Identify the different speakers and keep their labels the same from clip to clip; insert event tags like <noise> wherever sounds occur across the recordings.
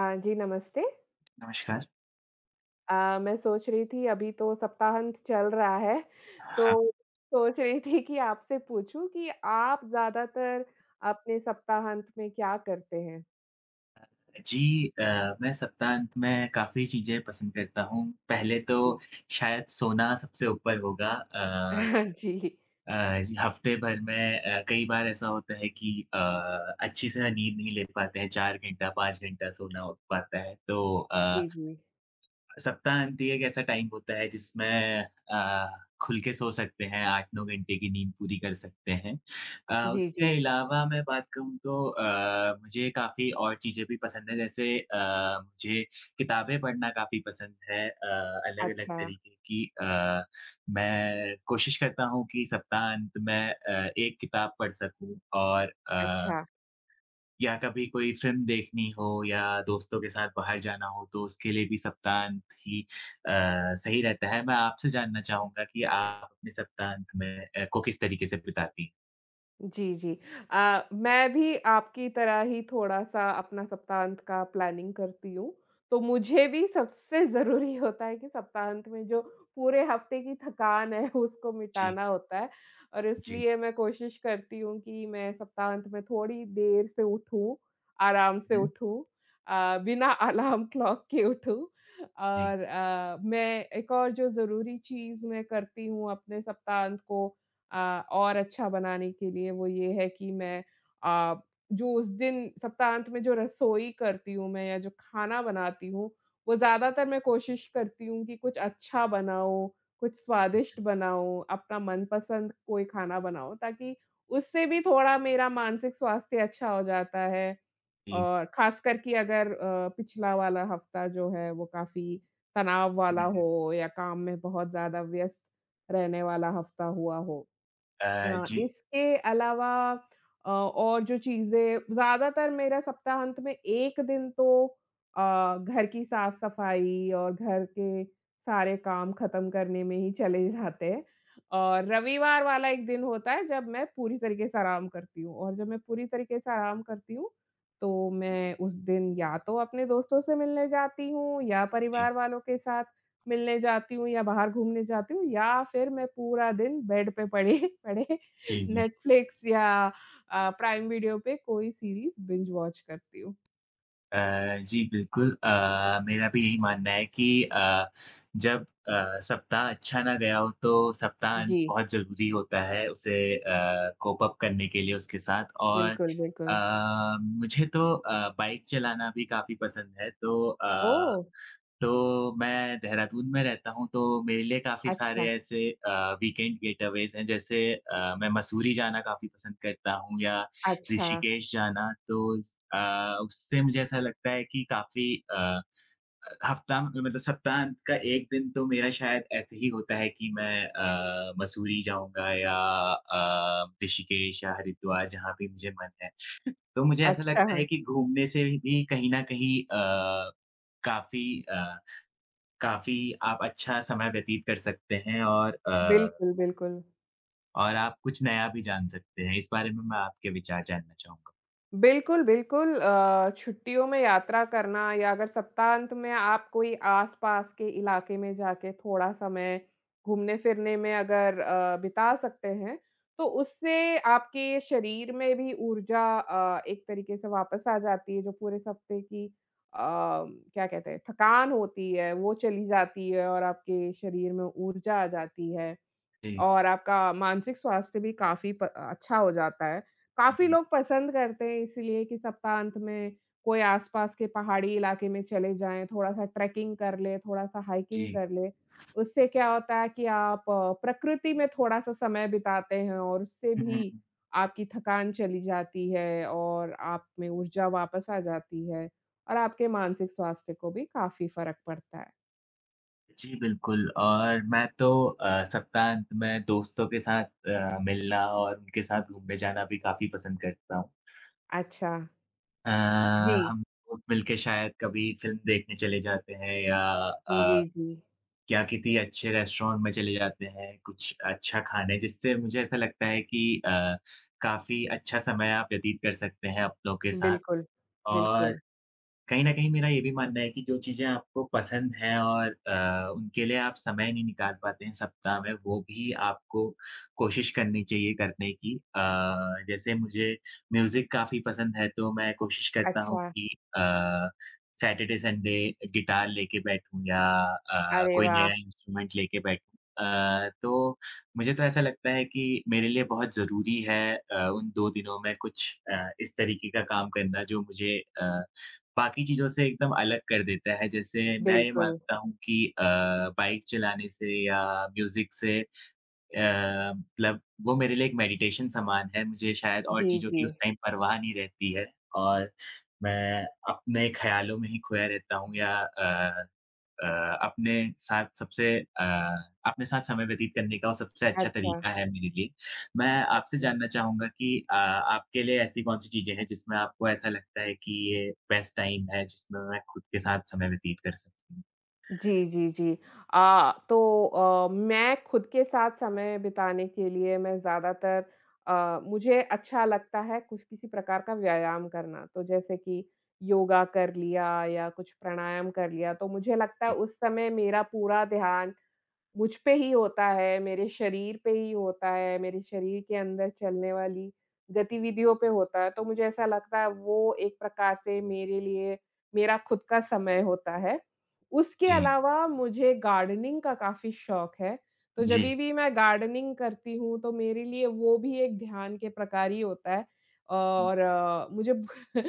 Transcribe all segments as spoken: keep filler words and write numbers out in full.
Speaker 1: अ, जी नमस्ते।
Speaker 2: नमस्कार।
Speaker 1: अ, मैं सोच रही थी अभी तो सप्ताहांत चल रहा है,
Speaker 2: हाँ,
Speaker 1: तो सोच रही थी कि आपसे पूछूँ कि आप ज़्यादातर अपने सप्ताहांत में क्या करते हैं?
Speaker 2: जी अ, मैं सप्ताहांत में काफ़ी चीज़ें पसंद करता हूँ। पहले तो
Speaker 1: जी।
Speaker 2: शायद सोना सबसे ऊपर होगा। अ
Speaker 1: <laughs> जी।
Speaker 2: अ, जी हफ़्ते भर में अ, कई बार ऐसा होता है कि अ, अच्छी से नींद नहीं ले पाते हैं, चार घंटा, पाँच घंटा सोना हो पाता है। तो अ
Speaker 1: जी, जी।
Speaker 2: सप्ताह अंत एक ऐसा टाइम होता है जिसमें अ, खुल के सो सकते हैं, आठ नौ घंटे की नींद पूरी कर सकते हैं। अ,
Speaker 1: जी, जी।
Speaker 2: उसके अलावा मैं बात कहूँ तो अ, मुझे काफ़ी और चीज़ें भी पसंद हैं, जैसे अ, मुझे किताबें पढ़ना काफ़ी पसंद है, अ, अलग-अलग
Speaker 1: अच्छा,
Speaker 2: तरीके की। अ, मैं कोशिश करता हूँ कि सप्ताह अंत में अ, एक किताब पढ़ सकूँ और अ
Speaker 1: अच्छा।
Speaker 2: या कभी कोई फ़िल्म देखनी हो या दोस्तों के साथ बाहर जाना हो, तो उसके लिए भी सप्ताहांत ही अ, सही रहता है। मैं आपसे जानना चाहूँगा कि आप अपने सप्ताहांत में अ, को किस तरीके से बिताती हैं?
Speaker 1: जी, जी। अ, मैं भी आपकी तरह ही थोड़ा-सा अपना सप्ताहांत का प्लानिंग करती हूँ। तो मुझे भी सबसे ज़रूरी होता है कि सप्ताहांत में जो पूरे हफ़्ते की थकान है उसको
Speaker 2: जी।
Speaker 1: मिटाना होता है और
Speaker 2: जी।
Speaker 1: इसलिए मैं कोशिश करती हूँ कि मैं सप्ताहांत में थोड़ी देर से उठूँ, आराम से
Speaker 2: हुँ।
Speaker 1: उठूँ, अ, बिना अलार्म क्लॉक के उठूँ
Speaker 2: जी।
Speaker 1: और अ, मैं एक और जो ज़रूरी चीज़ मैं करती हूँ अपने सप्ताहांत को अ, और अच्छा बनाने के लिए वो ये है कि मैं अ, जो उस दिन सप्ताहांत में जो रसोई करती हूँ मैं या जो खाना बनाती हूँ, वो ज़्यादातर मैं कोशिश करती हूँ कि कुछ अच्छा बनाऊँ, कुछ
Speaker 2: हुँ, हुँ।
Speaker 1: स्वादिष्ट बनाऊँ, अपना मनपसंद कोई खाना बनाऊँ ताकि उससे भी थोड़ा मेरा मानसिक स्वास्थ्य अच्छा हो जाता है।
Speaker 2: जी।
Speaker 1: और ख़ासकर कि अगर अ, पिछला वाला हफ़्ता जो है वो काफ़ी तनाव
Speaker 2: हुँ,
Speaker 1: वाला
Speaker 2: हुँ, हुँ।
Speaker 1: हो या काम में बहुत ज़्यादा व्यस्त रहने वाला हफ़्ता हुआ हो।
Speaker 2: अ,
Speaker 1: अ,
Speaker 2: जी,
Speaker 1: इसके अलावा अ, और जो चीज़ें ज़्यादातर मेरा सप्ताहांत में एक दिन तो अ, घर की साफ-सफाई और घर के सारे काम ख़त्म करने में ही चले जाते हैं और रविवार वाला एक दिन होता है जब मैं पूरी तरीके से आराम करती हूँ और जब मैं पूरी तरीके से आराम करती हूँ, तो मैं उस दिन या तो अपने दोस्तों से मिलने जाती हूँ या
Speaker 2: जी।
Speaker 1: परिवार वालों के साथ मिलने जाती हूँ या बाहर घूमने जाती हूँ या फिर मैं पूरा दिन बेड पे पड़े <laughs> पड़े
Speaker 2: जी, जी।
Speaker 1: नेटफ्लिक्स या अ, प्राइम वीडियो पे कोई सीरीज़ बिंज वॉच करती हूँ।
Speaker 2: अ, जी, बिल्कुल। अ, मेरा भी यही मानना है कि अ, जब अ, सप्ताह अच्छा ना गया हो, तो सप्ताह अंत
Speaker 1: जी,
Speaker 2: बहुत ज़रूरी होता है उसे अ, कोप अप करने के लिए उसके साथ। और
Speaker 1: बिल्कुल, बिल्कुल।
Speaker 2: अ, मुझे तो अ, बाइक चलाना भी काफ़ी पसंद है, तो अ
Speaker 1: ओह!
Speaker 2: तो मैं देहरादून में रहता हूँ, तो मेरे लिए काफ़ी
Speaker 1: अच्छा,
Speaker 2: सारे ऐसे अ, वीकेंड गेटअवेज़ हैं, जैसे अ, मैं मसूरी जाना काफ़ी पसंद करता हूँ या
Speaker 1: अच्छा,
Speaker 2: ऋषिकेश जाना। तो स अ, उससे मुझे ऐसा लगता है कि काफ़ी अ, हफ़्ता मतलब सप्ताहांत का एक दिन तो मेरा शायद ऐसे ही होता है कि मैं अ, मसूरी जाऊँगा या अ, ऋषिकेश या हरिद्वार, जहाँ भी मुझे मन है। तो मुझे ऐसा
Speaker 1: अच्छा।
Speaker 2: लगता है कि घूमने से भी कहीं न कहीं अ, काफ़ी अ काफ़ी आप अच्छा समय व्यतीत कर सकते हैं और अ,
Speaker 1: बिल्कुल, बिल्कुल।
Speaker 2: और आप कुछ नया भी जान सकते हैं। इस बारे में मैं आपके विचार जानना चाहूँगा?
Speaker 1: बिल्कुल, बिल्कुल, अ, छुट्टियों में यात्रा करना या अगर सप्ताहांत में आप कोई आस-पास के इलाके में जाके थोड़ा समय घूमने-फिरने में अगर अ, बिता सकते हैं, तो उससे आपके शरीर में भी ऊर्जा, अ, एक तरीके से वापस आ जाती है, जो पूरे हफ्ते की, अ, क्या कहते हैं, थकान होती है, वो चली जाती है और आपके शरीर में ऊर्जा आ जाती है।
Speaker 2: जी,
Speaker 1: और आपका मानसिक स्वास्थ्य भी काफ़ी प अच्छा हो जाता है। काफ़ी
Speaker 2: जी,
Speaker 1: लोग पसंद करते हैं इसीलिए कि सप्ताहांत में कोई आस-पास के पहाड़ी इलाके में चले जाएँ, थोड़ा-सा ट्रैकिंग कर लें, थोड़ा-सा हाइकिंग
Speaker 2: जी।
Speaker 1: कर लें। उससे क्या होता है कि आप अ, प्रकृति में थोड़ा-सा समय बिताते हैं और उससे
Speaker 2: हुँ, हुँ,
Speaker 1: भी
Speaker 2: हुँ।
Speaker 1: आपकी थकान चली जाती है और आप में ऊर्जा वापस आ जाती है और आपके मानसिक स्वास्थ्य को भी काफ़ी फ़र्क पड़ता है।
Speaker 2: जी, बिल्कुल। और मैं तो अ, सप्ताहांत में दोस्तों के साथ अ, मिलना और उनके साथ घूमने जाना भी काफ़ी पसंद करता हूँ।
Speaker 1: अच्छा।
Speaker 2: अ,
Speaker 1: जी।
Speaker 2: हम लोग मिलके शायद कभी फ़िल्म देखने चले जाते हैं या
Speaker 1: जी,
Speaker 2: अ
Speaker 1: जी।
Speaker 2: क्या किसी अच्छे रेस्टोरेंट में चले जाते हैं, कुछ अच्छा खाने, जिससे मुझे ऐसा लगता है कि अ, काफ़ी अच्छा समय आप व्यतीत कर सकते हैं अपनों के साथ।
Speaker 1: बिल्कुल,
Speaker 2: और
Speaker 1: बिल्कुल।
Speaker 2: कहीं न कहीं मेरा ये भी मानना है कि जो चीज़ें आपको पसंद हैं और अ, उनके लिए आप समय नहीं निकाल पाते हैं सप्ताह में, वो भी आपको कोशिश करनी चाहिए करने की। अ, जैसे मुझे म्यूज़िक काफ़ी पसंद है, तो मैं कोशिश करता हूँ
Speaker 1: अच्छा,
Speaker 2: कि अ, सैटरडे, संडे गिटार लेके बैठूँ या अ,
Speaker 1: अरे
Speaker 2: कोई
Speaker 1: वाह!
Speaker 2: नया इंस्ट्रूमेंट लेके बैठूँ। अ, तो मुझे तो ऐसा लगता है कि मेरे लिए बहुत ज़रूरी है अ, उन दो दिनों में कुछ अ, इस तरीके का काम करना जो मुझे अ बाकी चीज़ों से एकदम अलग कर देता है। जैसे मैं ये
Speaker 1: बिल्कुल।
Speaker 2: मानता हूँ कि अ, बाइक चलाने से या म्यूज़िक से अ, मतलब वो मेरे लिए एक मेडिटेशन समान है। मुझे शायद और
Speaker 1: जी,
Speaker 2: चीज़ों
Speaker 1: जी।
Speaker 2: की उस टाइम परवाह नहीं रहती है, और मैं अपने ख़्यालों में ही खोया रहता हूँ। या अ अ, अपने साथ सबसे अ, अपने साथ समय व्यतीत करने का वो सबसे अच्छा
Speaker 1: अच्छा,
Speaker 2: तरीका है मेरे लिए। मैं आपसे
Speaker 1: अच्छा।
Speaker 2: जानना चाहूँगा कि अ, आपके लिए ऐसी कौन-सी चीज़ें हैं जिसमें आपको ऐसा लगता है कि ये बेस्ट टाइम है, जिसमें मैं खुद के साथ समय व्यतीत कर सकती हूँ?
Speaker 1: जी, जी, जी। अ, तो अ, मैं खुद के साथ समय बिताने के लिए मैं ज़्यादातर, अ, मुझे अच्छा लगता है कुछ किसी प्रकार का व्यायाम करना। तो जैसे कि योगा कर लिया या कुछ प्राणायाम कर लिया, तो मुझे लगता है
Speaker 2: जी,
Speaker 1: उस समय मेरा पूरा ध्यान मुझ पे ही होता है, मेरे शरीर पे ही होता है, मेरे शरीर के अंदर चलने वाली गतिविधियों पे होता है, तो मुझे ऐसा लगता है वो एक प्रकार से मेरे लिए मेरा खुद का समय होता है। उसके
Speaker 2: जी,
Speaker 1: अलावा मुझे गार्डनिंग का काफ़ी शौक है, तो
Speaker 2: जी।
Speaker 1: जभी भी मैं गार्डनिंग करती हूँ तो मेरे लिए वो भी एक ध्यान के प्रकार ही होता है
Speaker 2: हुँ,
Speaker 1: और अ, मुझे ब- <laughs>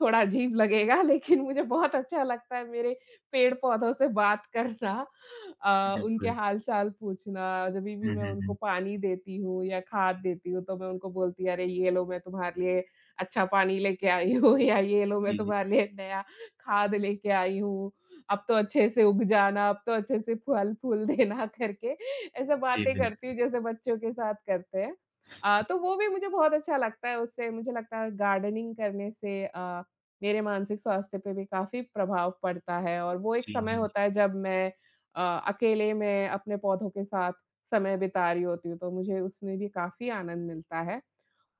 Speaker 1: थोड़ा अजीब लगेगा लेकिन मुझे बहुत अच्छा लगता है मेरे पेड़-पौधों से बात करना, अ, उनके
Speaker 2: बिल्कुल।
Speaker 1: हाल-चाल पूछना, जभी भी
Speaker 2: हुँ,
Speaker 1: मैं
Speaker 2: हुँ,
Speaker 1: उनको
Speaker 2: हुँ।
Speaker 1: पानी देती हूँ या खाद देती हूँ, तो मैं उनको बोलती हूँ, "अरे! ये लो मैं तुम्हारे लिए अच्छा पानी लेके आई हूँ <laughs> या ये लो मैं
Speaker 2: जी, जी।
Speaker 1: तुम्हारे लिए नया खाद लेके आई हूँ। अब तो अच्छे से उग जाना, अब तो अच्छे से फल-फूल देना" <laughs> करके ऐसा
Speaker 2: जी,
Speaker 1: बातें करती
Speaker 2: बिल्कुल।
Speaker 1: हूँ जैसे बच्चों के साथ करते हैं। अ, तो वो भी मुझे बहुत अच्छा लगता है उससे मुझे लगता है गार्डनिंग करने से अ, मेरे मानसिक स्वास्थ्य पे भी काफ़ी प्रभाव पड़ता है और वो एक
Speaker 2: जी,
Speaker 1: समय
Speaker 2: जी, जी,
Speaker 1: होता है जब मैं अ, अकेले मैं अपने पौधों के साथ समय बिता रही होती हूँ, तो मुझे उसमें भी काफ़ी आनंद मिलता है।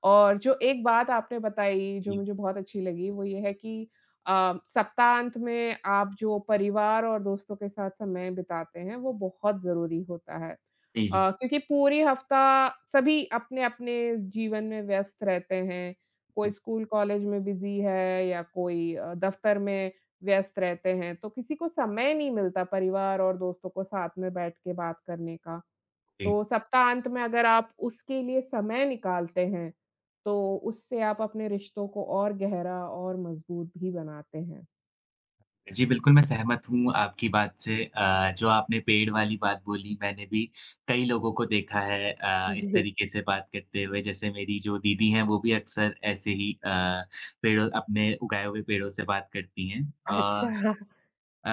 Speaker 1: और जो एक बात आपने बताई जो
Speaker 2: जी।
Speaker 1: मुझे बहुत अच्छी लगी वो ये है कि अ, सप्ताहांत में आप जो परिवार और दोस्तों के साथ समय बिताते हैं वो बहुत ज़रूरी होता है।
Speaker 2: जी, जी।
Speaker 1: अ, क्योंकि पूरी हफ्ता सभी अपने-अपने जीवन में व्यस्त रहते हैं, कोई
Speaker 2: हुँ,
Speaker 1: स्कूल कॉलेज में बिज़ी है या कोई अ, दफ्तर में व्यस्त रहते हैं, तो किसी को समय नहीं मिलता परिवार और दोस्तों को साथ में बैठ के बात करने का।
Speaker 2: जी।
Speaker 1: तो सप्ताहांत में अगर आप उसके लिए समय निकालते हैं, तो उससे आप अपने रिश्तों को और गहरा और मज़बूत भी बनाते हैं।
Speaker 2: जी, बिल्कुल, मैं सहमत हूँ आपकी बात से। अ, जो आपने पेड़ वाली बात बोली, मैंने भी कई लोगों को देखा है अ, इस
Speaker 1: जी।
Speaker 2: तरीके से बात करते हुए। जैसे मेरी जो दीदी हैं, वो भी अक्सर ऐसे ही अ, पेड़ों अपने उगाए हुए पेड़ों से बात करती हैं। अ
Speaker 1: अच्छा,
Speaker 2: अ,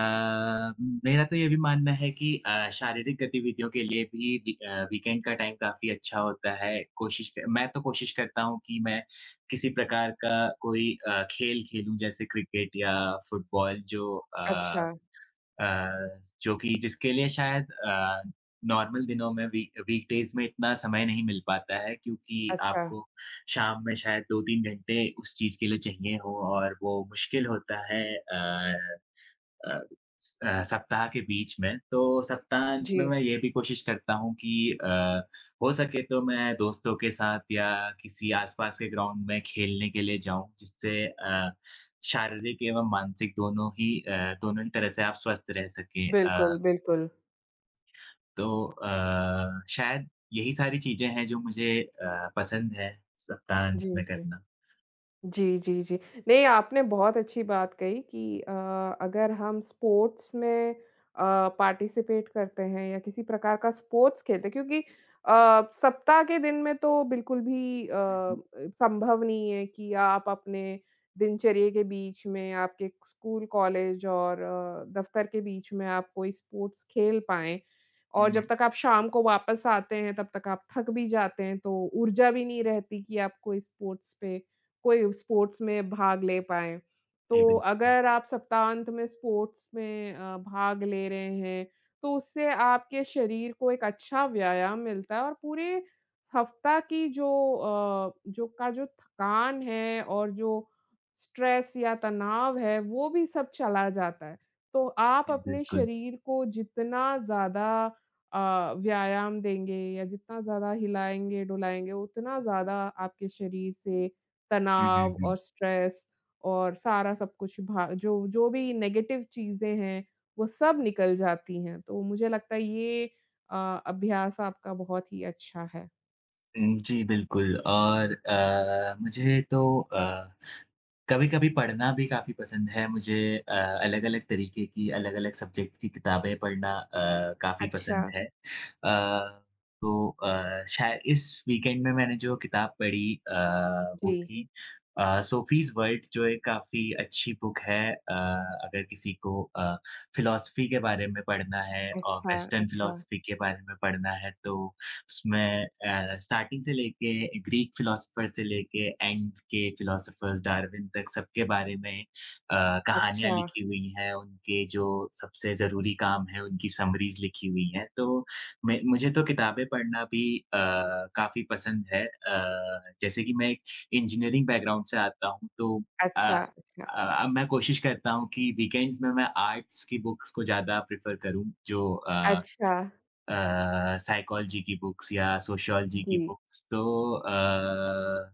Speaker 2: मेरा तो ये भी मानना है कि अ, शारीरिक गतिविधियों के लिए भी वी अ, वीकेंड का टाइम काफ़ी अच्छा होता है। कोशिश क मैं तो कोशिश करता हूँ कि मैं किसी प्रकार का कोई अ, खेल खेलूँ, जैसे क्रिकेट या फुटबॉल, जो अ
Speaker 1: अच्छा,
Speaker 2: अ, जो कि जिसके लिए शायद अ, नॉर्मल दिनों में वी वीकडेज़ में इतना समय नहीं मिल पाता है, क्योंकि
Speaker 1: अच्छा।
Speaker 2: आपको शाम में शायद दो तीन घंटे उस चीज़ के लिए चाहिए हो और वो मुश्किल होता है। अ अ, स अ, सप्ताह के बीच में, तो सप्ताहांत
Speaker 1: जी,
Speaker 2: में मैं ये भी कोशिश करता हूँ कि अ, हो सके तो मैं दोस्तों के साथ या किसी आस-पास के ग्राउंड में खेलने के लिए जाऊँ, जिससे अ, शारीरिक एवं मानसिक दोनों ही अ, दोनों ही तरह से आप स्वस्थ रह सकें।
Speaker 1: बिल्कुल,
Speaker 2: अ,
Speaker 1: बिल्कुल।
Speaker 2: तो अ, शायद यही सारी चीज़ें हैं जो मुझे अ, पसंद है सप्ताहांत
Speaker 1: जी,
Speaker 2: में
Speaker 1: जी।
Speaker 2: करना।
Speaker 1: जी, जी, जी। नहीं, आपने बहुत अच्छी बात कही कि अ, अगर हम स्पोर्ट्स में अ, पार्टिसिपेट करते हैं या किसी प्रकार का स्पोर्ट्स खेलते हैं क्योंकि अ, सप्ताह के दिन में तो बिल्कुल भी अ,
Speaker 2: हुँ, हुँ।
Speaker 1: संभव नहीं है कि आप अपने दिनचर्या के बीच में, आपके स्कूल, कॉलेज और अ, दफ़्तर के बीच में आप कोई स्पोर्ट्स खेल पाएँ।
Speaker 2: हुँ,
Speaker 1: और जब
Speaker 2: हुँ।
Speaker 1: तक आप शाम को वापस आते हैं, तब तक आप थक भी जाते हैं, तो ऊर्जा भी नहीं रहती कि आप कोई स्पोर्ट्स पे कोई स्पोर्ट्स में भाग ले पाएँ।
Speaker 2: जी,
Speaker 1: तो
Speaker 2: बिल्कुल।
Speaker 1: अगर आप सप्ताहांत में स्पोर्ट्स में अ, भाग ले रहे हैं, तो उससे आपके शरीर को एक अच्छा व्यायाम मिलता है और पूरे हफ्ता की जो अ, जो का जो थकान है और जो स्ट्रेस या तनाव है, वो भी सब चला जाता है। तो आप
Speaker 2: जी,
Speaker 1: अपने
Speaker 2: बिल्कुल।
Speaker 1: शरीर को जितना ज़्यादा अ, व्यायाम देंगे या जितना ज़्यादा हिलाएँगे-डुलाएँगे, उतना ज़्यादा आपके शरीर से
Speaker 2: हुँ, हुँ,
Speaker 1: तनाव
Speaker 2: हुँ।
Speaker 1: और स्ट्रेस और सारा सब कुछ भा जो जो भी नेगेटिव चीज़ें हैं, वो सब निकल जाती हैं। तो मुझे लगता है ये अ, अभ्यास आपका बहुत ही अच्छा है।
Speaker 2: हुँ, जी, बिल्कुल। और अ, मुझे तो अ, कभी-कभी पढ़ना भी काफ़ी पसंद है। मुझे अ, अलग-अलग तरीके की, अलग-अलग सब्जेक्ट की किताबें पढ़ना अ, काफ़ी
Speaker 1: अच्छा।
Speaker 2: पसंद है। अ, तो अ, शाय इस वीकेंड में मैंने जो किताब पढ़ी अ,
Speaker 1: जी।
Speaker 2: वो थी अ, सोफीज़ वर्ल्ड, जो एक काफ़ी अच्छी बुक है। अ, अगर किसी को अ, फ़िलॉसफ़ी के बारे में पढ़ना है और
Speaker 1: अच्छा,
Speaker 2: वेस्टर्न
Speaker 1: अच्छा,
Speaker 2: फ़िलॉसफ़ी के बारे में पढ़ना है, तो उसमें अ, स्टार्टिंग से लेके ग्रीक फिलॉसफर से लेके एंड के फिलॉसफर्स डार्विन तक सबके बारे में अ, कहानियाँ
Speaker 1: अच्छा,
Speaker 2: लिखी हुई हैं, उनके जो सबसे ज़रूरी काम है उनकी समरीज़ लिखी हुई हैं। तो मैं मुझे तो किताबें पढ़ना भी अ, काफ़ी पसंद है। अ, जैसे कि मैं एक इंजीनियरिंग बैकग्राउंड से आता हूँ, तो अ
Speaker 1: अच्छा, अच्छा,
Speaker 2: अ, अब मैं कोशिश करता हूँ कि वीकेंड्स में मैं आर्ट्स की बुक्स को ज़्यादा प्रेफ़र करूँ, जो अ
Speaker 1: अच्छा।
Speaker 2: अ, साइकोलॉजी की बुक्स या सोशियोलॉजी की
Speaker 1: जी,
Speaker 2: बुक्स। तो अ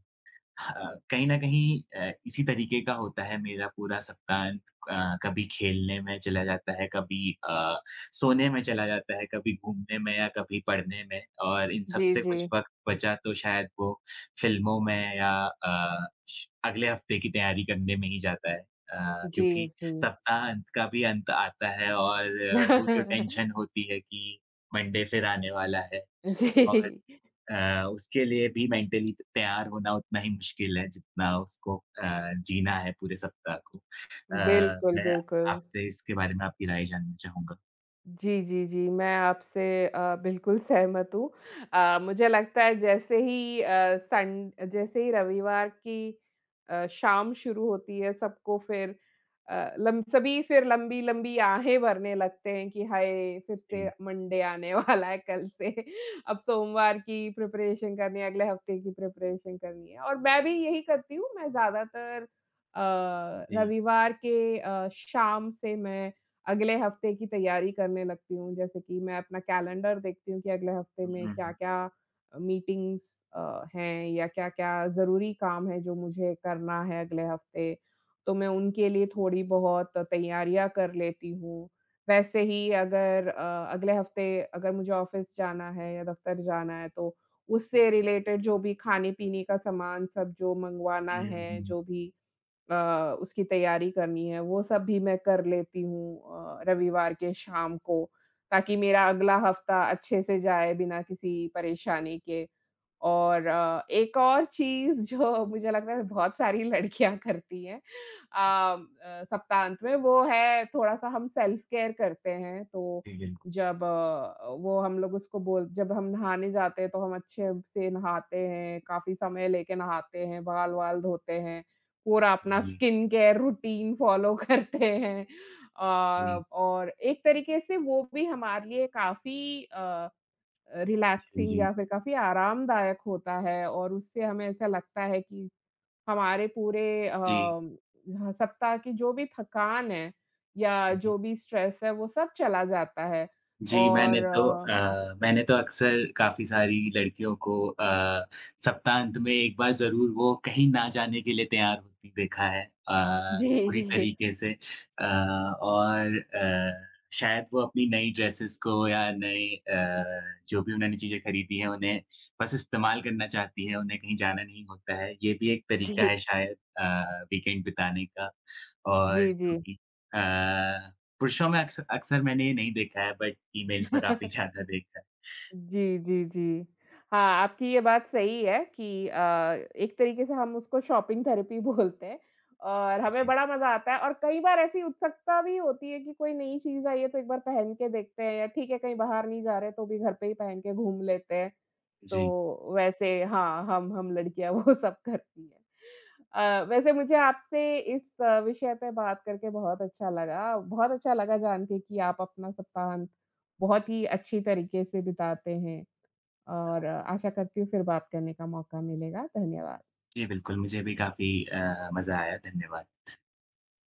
Speaker 2: हाँ, कहीं न कहीं अ, इसी तरीके का होता है मेरा पूरा सप्ताहांत। अ, कभी खेलने में चला जाता है, कभी अ, सोने में चला जाता है, कभी घूमने में या कभी पढ़ने में। और इन सब
Speaker 1: जी,
Speaker 2: से
Speaker 1: जी,
Speaker 2: कुछ वक़्त बचा तो शायद वो फ़िल्मों में या अ, श अगले हफ़्ते की तैयारी करने में ही जाता है। अ,
Speaker 1: जी,
Speaker 2: क्योंकि
Speaker 1: जी।
Speaker 2: सप्ताहांत का भी अंत आता है, और अ, वो जो
Speaker 1: <laughs>
Speaker 2: टेंशन होती है कि मंडे फिर आने वाला है, और
Speaker 1: जी,
Speaker 2: अ, उसके लिए भी मेंटली तैयार होना उतना ही मुश्किल है जितना उसको अ, जीना है पूरे सप्ताह को। अ,
Speaker 1: बिल्कुल,
Speaker 2: मैं
Speaker 1: बिल्कुल।
Speaker 2: आपसे इसके बारे में आपकी राय जानना चाहूँगा?
Speaker 1: जी, जी, जी। मैं आपसे अ, बिल्कुल <laughs> सहमत हूँ। अ, मुझे लगता है जैसे ही अ, सन जैसे ही रविवार की अ, शाम शुरू होती है सबको फिर अ, लम सभी फिर लंबी-लंबी आहें भरने लगते हैं कि हाय! फिर से
Speaker 2: जी,
Speaker 1: मंडे आने <laughs> वाला है कल से। <laughs> अब सोमवार की प्रिपरेशन करनी है, अगले हफ्ते की प्रिपरेशन करनी है और मैं भी यही करती हूँ। मैं ज़्यादातर अ,
Speaker 2: जी।
Speaker 1: रविवार के अ, शाम से मैं अगले हफ्ते की तैयारी करने लगती हूँ, जैसे कि मैं अपना कैलेंडर देखती हूँ कि अगले हफ्ते
Speaker 2: हुँ,
Speaker 1: में
Speaker 2: हुँ, हुँ,
Speaker 1: क्या-क्या अ, मीटिंग्स अ, हैं या क्या-क्या ज़रूरी काम है जो मुझे करना है अगले हफ्ते। तो मैं उनके लिए थोड़ी बहुत तैयारियाँ कर लेती हूँ। वैसे ही अगर अ, अगले हफ्ते अगर मुझे ऑफ़िस जाना है या दफ़्तर जाना है तो उससे रिलेटेड जो भी खाने-पीने का सामान सब जो मँगवाना
Speaker 2: हुँ, हुँ,
Speaker 1: है,
Speaker 2: हुँ।
Speaker 1: जो भी अ, उसकी तैयारी करनी है, वो सब भी मैं कर लेती हूँ अ, रविवार के शाम को, ताकि मेरा अगला हफ्ता अच्छे से जाए बिना किसी परेशानी के। और अ, एक और चीज़ <laughs> जो मुझे लगता है बहुत सारी लड़कियाँ करती हैं अ अ, सप्ताहांत में, वो है थोड़ा-सा हम सेल्फ केयर करते हैं, तो
Speaker 2: जी, बिल्कुल।
Speaker 1: जब अ, वो हम लोग उसको बोल जब हम नहाने जाते हैं, तो हम अच्छे से नहाते हैं, काफ़ी समय लेके नहाते हैं, बाल-वाल धोते हैं। पूरा
Speaker 2: जी,
Speaker 1: अपना
Speaker 2: जी।
Speaker 1: स्किन केयर रूटीन फ़ॉलो <laughs> करते हैं। अ, और एक तरीके से वो भी हमारे लिए काफ़ी अ,
Speaker 2: जी,
Speaker 1: रिलैक्सिंग
Speaker 2: जी।
Speaker 1: या फिर काफ़ी आरामदायक होता है और उससे हमें ऐसा लगता है कि हमारे पूरे अ, ह सप्ताह की जो भी थकान है या
Speaker 2: जी।
Speaker 1: जो भी स्ट्रेस है वो सब चला जाता है
Speaker 2: जी, मैंने
Speaker 1: और
Speaker 2: तो
Speaker 1: आ,
Speaker 2: अ, मैंने तो अक्सर काफ़ी सारी लड़कियों को अ, सप्ताहांत में एक बार ज़रूर वो कहीं ना जाने के लिए तैयार होती देखा है, अ, पूरी
Speaker 1: जी, <laughs>
Speaker 2: तरीके से अ, और अ, शायद वो अपनी नई ड्रेसेस को या नए अ, जो भी उन्होंने चीज़ें खरीदी हैं, उन्हें बस इस्तेमाल करना चाहती हैं, उन्हें कहीं जाना नहीं होता है। ये भी एक
Speaker 1: जी,
Speaker 2: तरीका
Speaker 1: जी,
Speaker 2: है शायद अ, वीकेंड बिताने का। और
Speaker 1: जी,
Speaker 2: जो
Speaker 1: जी।
Speaker 2: कि अ पुरुषों में अक्स अक्सर मैंने ये नहीं देखा है, बट फ़ीमेल्स में काफ़ी ज़्यादा देखा है।
Speaker 1: जी, जी, जी। हाँ, आपकी ये बात सही है कि अ, एक तरीके से हम उसको शॉपिंग थेरेपी <laughs> बोलते हैं और हमें
Speaker 2: जी,
Speaker 1: बड़ा मज़ा आता है और कई बार ऐसी उत्सुकता भी होती है कि कोई नई चीज़ आई है तो एक बार पहन के देखते हैं या ठीक है कहीं बाहर नहीं जा रहे तो भी घर पे ही पहन के घूम लेते हैं।
Speaker 2: जी।
Speaker 1: तो वैसे हाँ, हम हम लड़कियाँ <laughs> वो सब करती हैं। अ, वैसे मुझे आपसे इस अ, विषय पे बात करके बहुत अच्छा लगा। बहुत अच्छा लगा जान के कि आप अपना सप्ताहांत बहुत ही अच्छी तरीके से बिताते हैं और अ, आशा करती हूँ फिर बात करने का मौका मिलेगा। धन्यवाद।
Speaker 2: जी, बिल्कुल, मुझे भी काफ़ी अ, मज़ा आया, धन्यवाद।